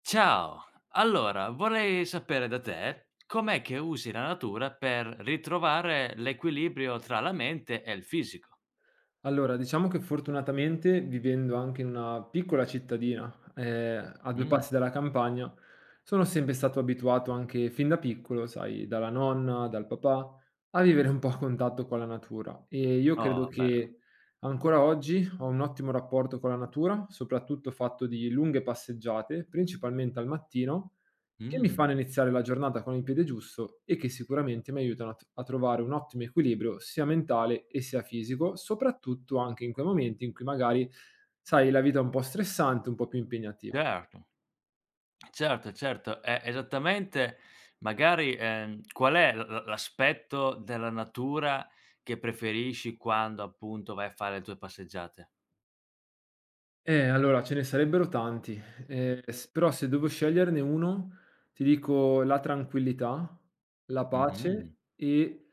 Ciao, allora vorrei sapere da te com'è che usi la natura per ritrovare l'equilibrio tra la mente e il fisico? Allora, diciamo che fortunatamente vivendo anche in una piccola cittadina, a 2 Mh. passi dalla campagna, sono sempre stato abituato anche fin da piccolo, sai, dalla nonna, dal papà, a vivere un po' a contatto con la natura e io credo Oh, bello. che ancora oggi ho un ottimo rapporto con la natura, soprattutto fatto di lunghe passeggiate, principalmente al mattino, che mi fanno Mh. iniziare la giornata con il piede giusto e che sicuramente mi aiutano a trovare un ottimo equilibrio sia mentale e sia fisico, soprattutto anche in quei momenti in cui magari, sai, la vita è un po' stressante, un po' più impegnativa. Certo, certo, certo, e esattamente magari, qual è l'aspetto della natura che preferisci quando appunto vai a fare le tue passeggiate? Allora ce ne sarebbero tanti, s però se devo sceglierne 1, ti dico la tranquillità, la Mh-mh. pace e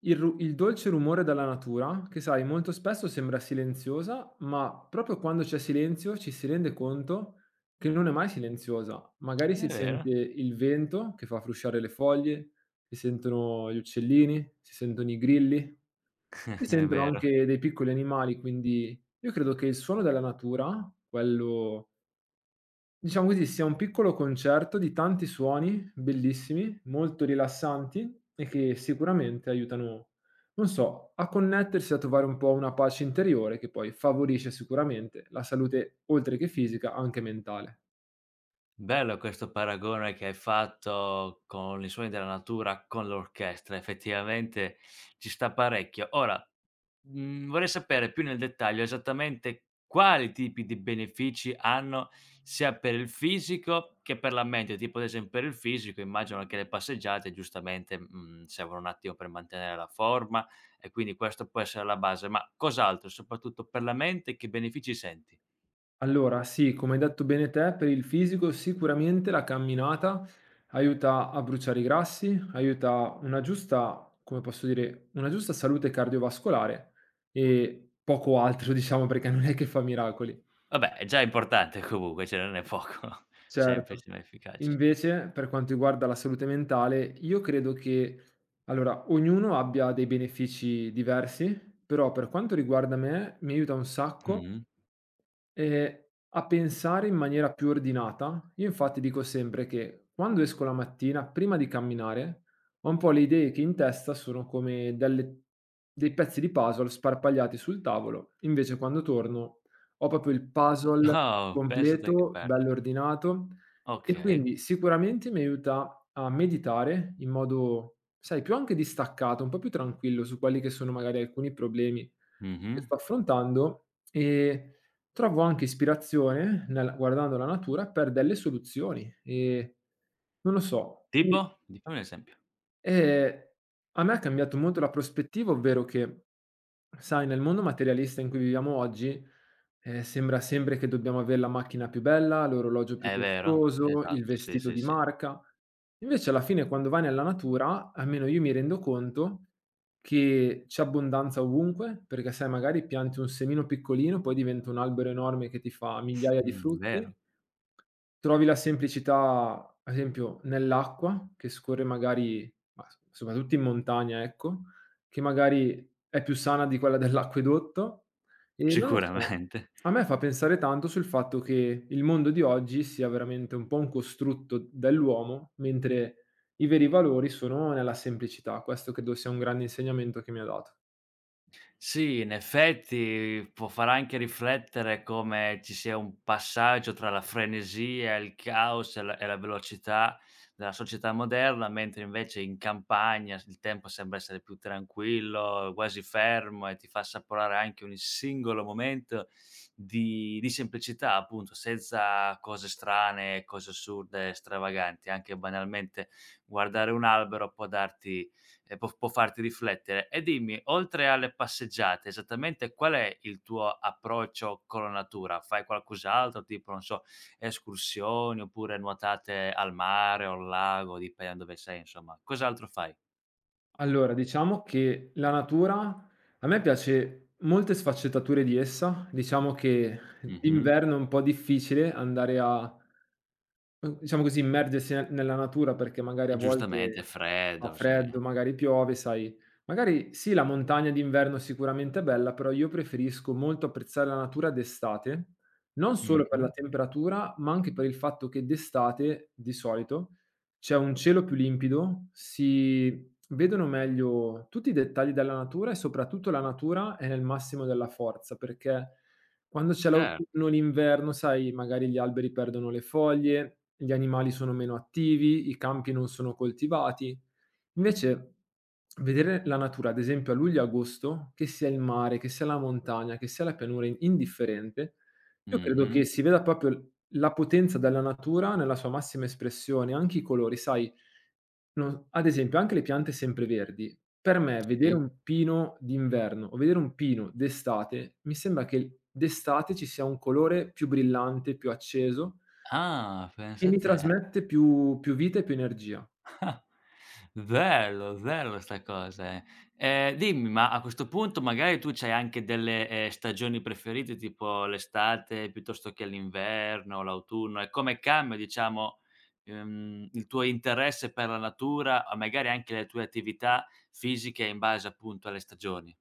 il dolce rumore della natura, che sai molto spesso sembra silenziosa, ma proprio quando c'è silenzio ci si rende conto che non è mai silenziosa. Magari È si sente vero. il vento che fa frusciare le foglie, si sentono gli uccellini, si sentono i grilli. Mi È sentono vero. anche dei piccoli animali, quindi io credo che il suono della natura, quello diciamo così, sia un piccolo concerto di tanti suoni bellissimi, molto rilassanti e che sicuramente aiutano, non so, a connettersi, a trovare un po' una pace interiore che poi favorisce sicuramente la salute, oltre che fisica, anche mentale. Bello questo paragone che hai fatto con i suoni della natura, con l'orchestra, effettivamente ci sta parecchio. Ora, vorrei sapere più nel dettaglio esattamente quali tipi di benefici hanno sia per il fisico che per la mente, tipo ad esempio per il fisico immagino che le passeggiate giustamente, servono un attimo per mantenere la forma e quindi questo può essere la base, ma cos'altro soprattutto per la mente che benefici senti? Allora, sì, come hai detto bene te, per il fisico sicuramente la camminata aiuta a bruciare i grassi, aiuta una giusta, come posso dire, una giusta salute cardiovascolare e poco altro, diciamo, perché non è che fa miracoli. Vabbè, è già importante comunque, cioè non è poco. Certo. Semplice ma efficace. Invece, per quanto riguarda la salute mentale, io credo che, allora, ognuno abbia dei benefici diversi, però per quanto riguarda me, mi aiuta un sacco, Mh-mh. Ehm, a pensare in maniera più ordinata. Io infatti dico sempre che quando esco la mattina, prima di camminare, ho un po' le idee che in testa sono come delle dei pezzi di puzzle sparpagliati sul tavolo, invece quando torno ho proprio il puzzle Oh, pensa te che completo, bello. bello ordinato, e Okay. quindi sicuramente mi aiuta a meditare in modo, sai, più anche distaccato, un po' più tranquillo su quelli che sono magari alcuni problemi Mh-mh. che sto affrontando. Trovo anche ispirazione nel guardando la natura per delle soluzioni, non lo so, quindi. Tipo? Di fammi un esempio. Ehm, A me ha cambiato molto la prospettiva, ovvero che, sai, nel mondo materialista in cui viviamo oggi, sembra sempre che dobbiamo avere la macchina più bella, l'orologio più È vero, costoso, il esatto, sì, vestito sì, di sì. marca. Invece alla fine quando vai nella natura, almeno io mi rendo conto che c'è abbondanza ovunque, perché sai magari pianti un semino piccolino, poi diventa un albero enorme che ti fa migliaia di frutti. Vero. Trovi la semplicità, ad esempio, nell'acqua che scorre magari, ma s soprattutto in montagna, ecco, che magari è più sana di quella dell'acquedotto, e non lo so, Sicuramente. a me fa pensare tanto sul fatto che il mondo di oggi sia veramente un po' un costrutto dell'uomo, mentre i veri valori sono nella semplicità. Questo credo sia un grande insegnamento che mi ha dato. Sì, in effetti può far anche riflettere come ci sia un passaggio tra la frenesia, il caos e la velocità della società moderna, mentre invece in campagna s il tempo sembra essere più tranquillo, quasi fermo e ti fa assaporare anche ogni singolo momento di semplicità, appunto, senza cose strane, cose assurde, stravaganti. Anche banalmente guardare un albero può darti e può farti riflettere. E dimmi, oltre alle passeggiate, esattamente qual è il tuo approccio con la natura? Fai qualcos'altro, tipo, non so, escursioni oppure nuotate al mare o al lago, dipende da dove sei, insomma. Cos'altro fai? Allora, diciamo che la natura a me piace molte sfaccettature di essa. Diciamo che Mh-mh. d'inverno è un po' difficile andare a diciamo così, immergersi ne nella natura, perché magari a E giustamente è volte fa freddo, sì. freddo, magari piove, sai. Magari sì, la montagna d'inverno sicuramente è bella, però io preferisco molto apprezzare la natura d'estate, non solo per la Mh-mh. temperatura, ma anche per il fatto che d'estate, di solito, c'è un cielo più limpido, si vedono meglio tutti i dettagli della natura e soprattutto la natura è nel massimo della forza, perché quando c'è Cer l'autunno, l'inverno, sai, magari gli alberi perdono le foglie, gli animali sono meno attivi, i campi non sono coltivati. Invece, vedere la natura, ad esempio a luglio e agosto, che sia il mare, che sia la montagna, che sia la pianura, indifferente, io credo Mh-mh, che si veda proprio la potenza della natura nella sua massima espressione, anche i colori, sai, ad esempio anche le piante sempreverdi. Per me vedere sì. un pino d'inverno o vedere un pino d'estate, mi sembra che il d'estate ci sia un colore più brillante, più acceso, Ah, e pensa mi te. trasmette più vita e più energia. Bello, bello sta cosa, eh. Dimmi, ma a questo punto magari tu c'hai anche delle, stagioni preferite, tipo l'estate piuttosto che l'inverno, l'autunno, e come cambia diciamo, il tuo interesse per la natura, o magari anche le tue attività fisiche in base appunto alle stagioni?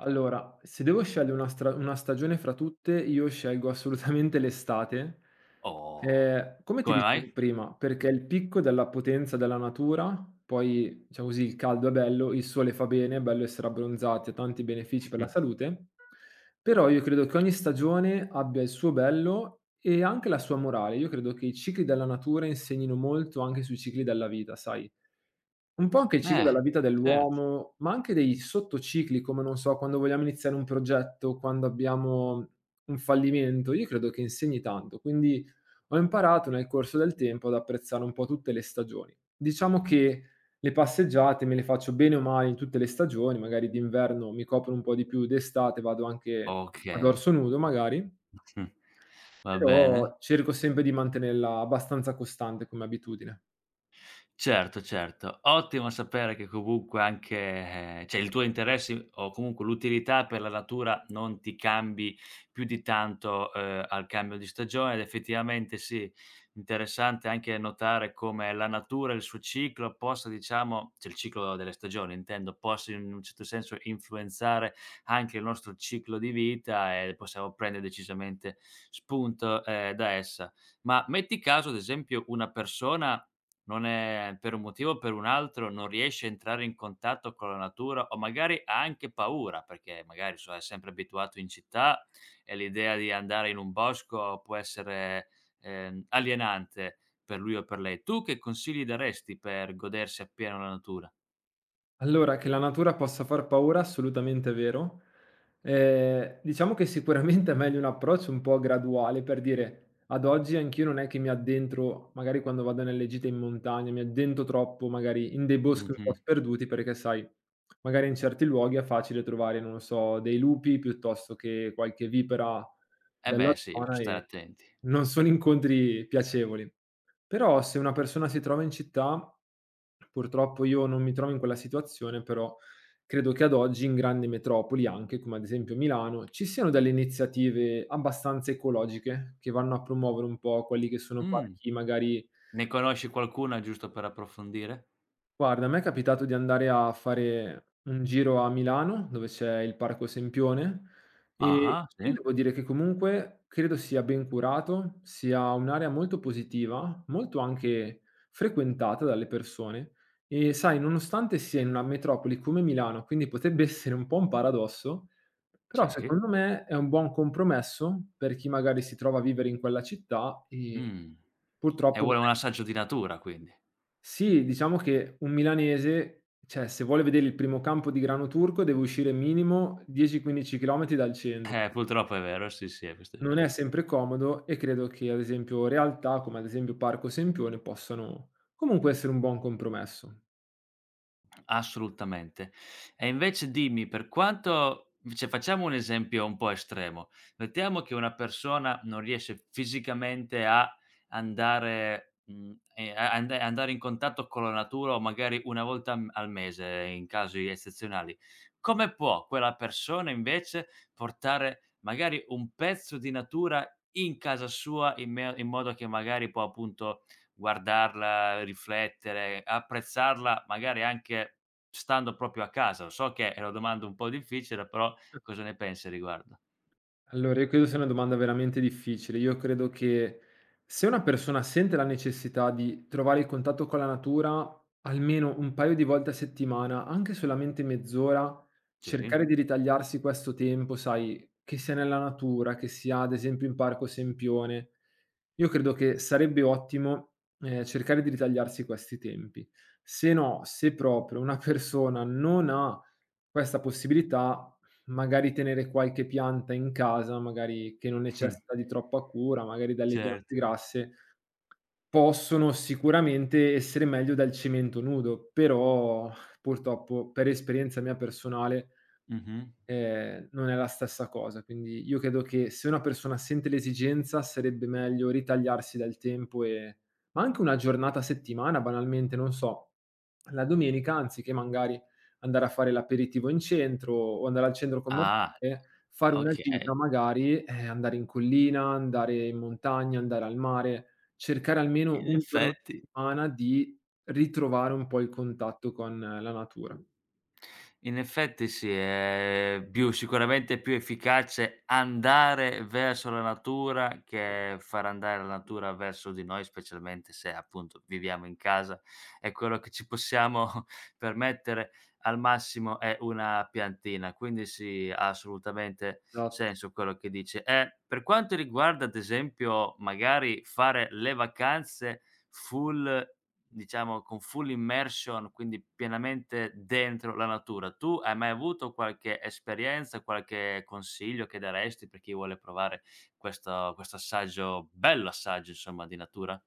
Allora, se devo scegliere una stagione fra tutte, io scelgo assolutamente l'estate. Oh, Come ti come mai? dicevo prima, perché il picco della potenza della natura, poi diciamo così, il caldo è bello, il sole fa bene, è bello essere abbronzati, ha tanti benefici per la Mh. salute, però io credo che ogni stagione abbia il suo bello e anche la sua morale. Io credo che i cicli della natura insegnino molto anche sui cicli della vita, sai. Un po' anche il ciclo Eh, della vita certo. dell'uomo, ma anche dei sottocicli, come non so, quando vogliamo iniziare un progetto, quando abbiamo un fallimento, io credo che insegni tanto. Quindi ho imparato nel corso del tempo ad apprezzare un po' tutte le stagioni. Diciamo che le passeggiate me le faccio bene o male in tutte le stagioni, magari d'inverno mi copro un po' di più, d'estate vado anche a Okay, dorso nudo magari, mh, va bene. però cerco sempre di mantenerla abbastanza costante come abitudine. Certo, certo. Ottimo sapere che comunque anche, cioè il tuo interesse o comunque l'utilità per la natura non ti cambi più di tanto, al cambio di stagione ed effettivamente sì, interessante anche notare come la natura e il suo ciclo possa diciamo cioè il ciclo delle stagioni intendo, possa in un certo senso influenzare anche il nostro ciclo di vita e possiamo prendere decisamente spunto, da essa. Ma metti caso ad esempio una persona non è per un motivo o per un altro non riesce a entrare in contatto con la natura o magari ha anche paura, perché magari so, è sempre abituato in città e l'idea di andare in un bosco può essere, alienante per lui o per lei. Tu che consigli daresti per godersi appieno la natura? Allora, che la natura possa far paura, assolutamente vero. Diciamo che sicuramente è meglio un approccio un po' graduale, per dire, ad oggi anch'io non è che mi addentro, magari quando vado nelle gite in montagna, mi addentro troppo magari in dei boschi un po' Mh-mh. sperduti, perché sai, magari in certi luoghi è facile trovare, non lo so, dei lupi piuttosto che qualche vipera Eh della beh sì, bisogna zona, stare e attenti. non sono incontri piacevoli. Però se una persona si trova in città, purtroppo io non mi trovo in quella situazione, però credo che ad oggi in grandi metropoli, anche come ad esempio Milano, ci siano delle iniziative abbastanza ecologiche che vanno a promuovere un po' quelli che sono Mh. parchi magari. Ne conosci qualcuna giusto per approfondire? Guarda, a me è capitato di andare a fare un giro a Milano, dove c'è il Parco Sempione, e Ah-ah, io sì, devo dire che comunque credo sia ben curato, sia un'area molto positiva, molto anche frequentata dalle persone. E sai, nonostante sia in una metropoli come Milano, quindi potrebbe essere un po' un paradosso, però sì. secondo me è un buon compromesso per chi magari si trova a vivere in quella città e Mh. E purtroppo vuole un assaggio di natura quindi. sì, diciamo che un milanese, cioè se vuole vedere il primo campo di grano turco deve uscire minimo 10, 15 chilometri dal centro. Purtroppo è vero, sì, sì, questo è Non è vero. sempre comodo, e credo che ad esempio realtà come ad esempio Parco Sempione possano comunque essere un buon compromesso. Assolutamente. E invece dimmi, per quanto cioè facciamo un esempio un po' estremo, mettiamo che una persona non riesce fisicamente a andare, mhmm, a and andare in contatto con la natura o magari una volta m al mese in casi eccezionali. Come può quella persona invece portare magari un pezzo di natura in casa sua in modo che magari può appunto guardarla, riflettere, apprezzarla, magari anche stando proprio a casa, lo so che è una domanda un po' difficile, però cosa ne pensi a riguardo? Allora, io credo sia una domanda veramente difficile. Io credo che se una persona sente la necessità di trovare il contatto con la natura almeno un paio di volte a settimana, anche solamente mezz'ora, Sì, cercare di ritagliarsi questo tempo, sai, che sia nella natura, che sia ad esempio in Parco Sempione. Io credo che sarebbe ottimo, cercare di ritagliarsi questi tempi. Se no, se proprio una persona non ha questa possibilità, magari tenere qualche pianta in casa, magari che non necessita di troppa cura, magari delle piante certo. grasse, possono sicuramente essere meglio del cemento nudo, però purtroppo per esperienza mia personale, Mh-mh. Non è la stessa cosa. Quindi io credo che se una persona sente l'esigenza sarebbe meglio ritagliarsi del tempo e ma anche una giornata a settimana banalmente, non so, la domenica anziché magari andare a fare l'aperitivo in centro o andare al centro Ah, commerciale, fare una gita okay. magari, andare in collina, andare in montagna, andare al mare, cercare almeno In un giorno a effetti settimana di ritrovare un po' il contatto con la natura. In effetti sì, è più sicuramente è più efficace andare verso la natura che far andare la natura verso di noi, specialmente se appunto viviamo in casa e quello che ci possiamo permettere al massimo è una piantina. Quindi sì, ha assolutamente Esatto. senso quello che dici. E per quanto riguarda ad esempio magari fare le vacanze full Diciamo con full immersion, quindi pienamente dentro la natura. Tu hai mai avuto qualche esperienza, qualche consiglio che daresti per chi vuole provare questo assaggio bello assaggio insomma di natura?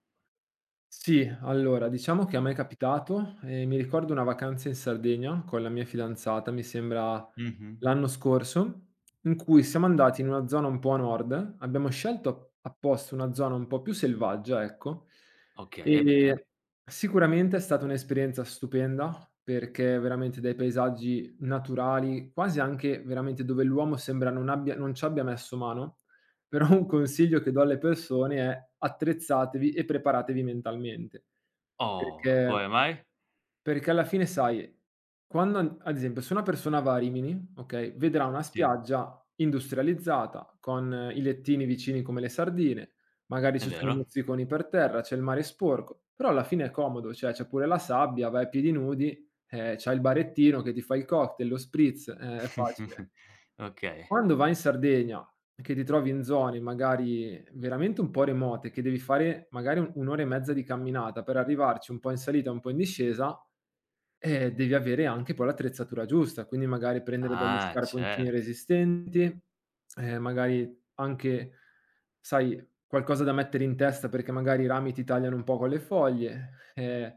Sì, allora diciamo che a me è capitato, mi ricordo una vacanza in Sardegna con la mia fidanzata, mi sembra Mh-mh. l'anno scorso, in cui siamo andati in una zona un po' a nord, abbiamo scelto apposta una zona un po' più selvaggia, ecco, Okay, bene. e sicuramente è stata un'esperienza stupenda perché veramente dai paesaggi naturali, quasi anche veramente dove l'uomo sembra non ci abbia messo mano. Però un consiglio che do alle persone è: attrezzatevi e preparatevi mentalmente, Oh, perché come mai? perché alla fine sai, quando an ad esempio se una persona va a Rimini, okay, vedrà una Sì, spiaggia industrializzata, con i lettini vicini come le sardine, magari è ci sono i vero. mozziconi per terra, c'è il mare sporco, però alla fine è comodo, cioè c'è pure la sabbia, vai a piedi nudi, c'hai il barettino che ti fai il cocktail, lo spritz, è facile. Okay. Quando vai in Sardegna, che ti trovi in zone magari veramente un po' remote, che devi fare magari un'ora e mezza di camminata per arrivarci un po' in salita e un po' in discesa, devi avere anche poi l'attrezzatura giusta, quindi magari prendere degli Ah, scarponcini certo. resistenti, magari anche, sai, qualcosa da mettere in testa perché magari i rami ti tagliano un po' con le foglie,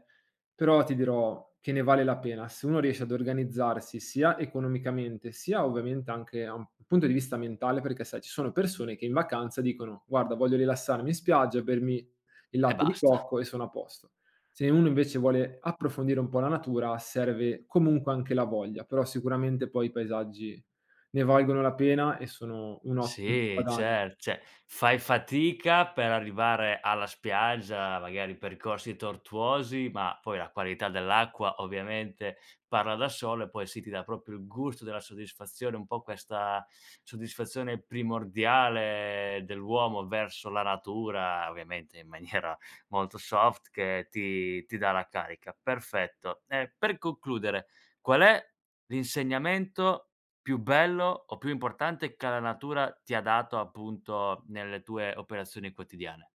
però ti dirò che ne vale la pena. Se uno riesce ad organizzarsi sia economicamente, sia ovviamente anche a un punto di vista mentale, perché sai ci sono persone che in vacanza dicono: "Guarda, voglio rilassarmi in spiaggia, bermi il E latte di basta. cocco e sono a posto." Se uno invece vuole approfondire un po' la natura, serve comunque anche la voglia, però sicuramente poi i paesaggi ne valgono la pena e sono un ottimo Sì, guadagno. cer cioè, fai fatica per arrivare alla spiaggia, magari percorsi tortuosi, ma poi la qualità dell'acqua ovviamente parla da sola e poi sì, ti dà proprio il gusto della soddisfazione, un po' questa soddisfazione primordiale dell'uomo verso la natura, ovviamente in maniera molto soft che ti dà la carica. Perfetto. E per concludere, qual è l'insegnamento più bello o più importante che la natura ti ha dato appunto nelle tue operazioni quotidiane?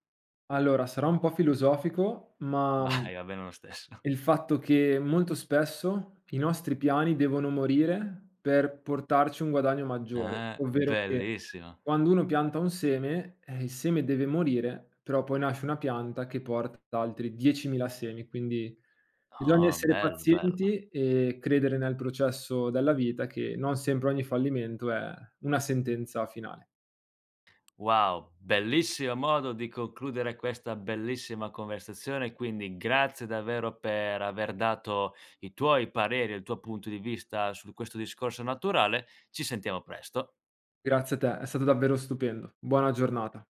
Allora, sarà un po' filosofico, ma, Vai, va bene lo stesso. il fatto che molto spesso i nostri piani devono morire per portarci un guadagno maggiore, ovvero che Bellissimo. quando uno pianta un seme, il seme deve morire, però poi nasce una pianta che porta altri 10.000 semi, quindi bisogna Oh, essere bello, bello. pazienti e credere nel processo della vita, che non sempre ogni fallimento è una sentenza finale. Wow, bellissimo modo di concludere questa bellissima conversazione, quindi grazie davvero per aver dato i tuoi pareri e il tuo punto di vista su questo discorso naturale. Ci sentiamo presto. Grazie a te, è stato davvero stupendo. Buona giornata.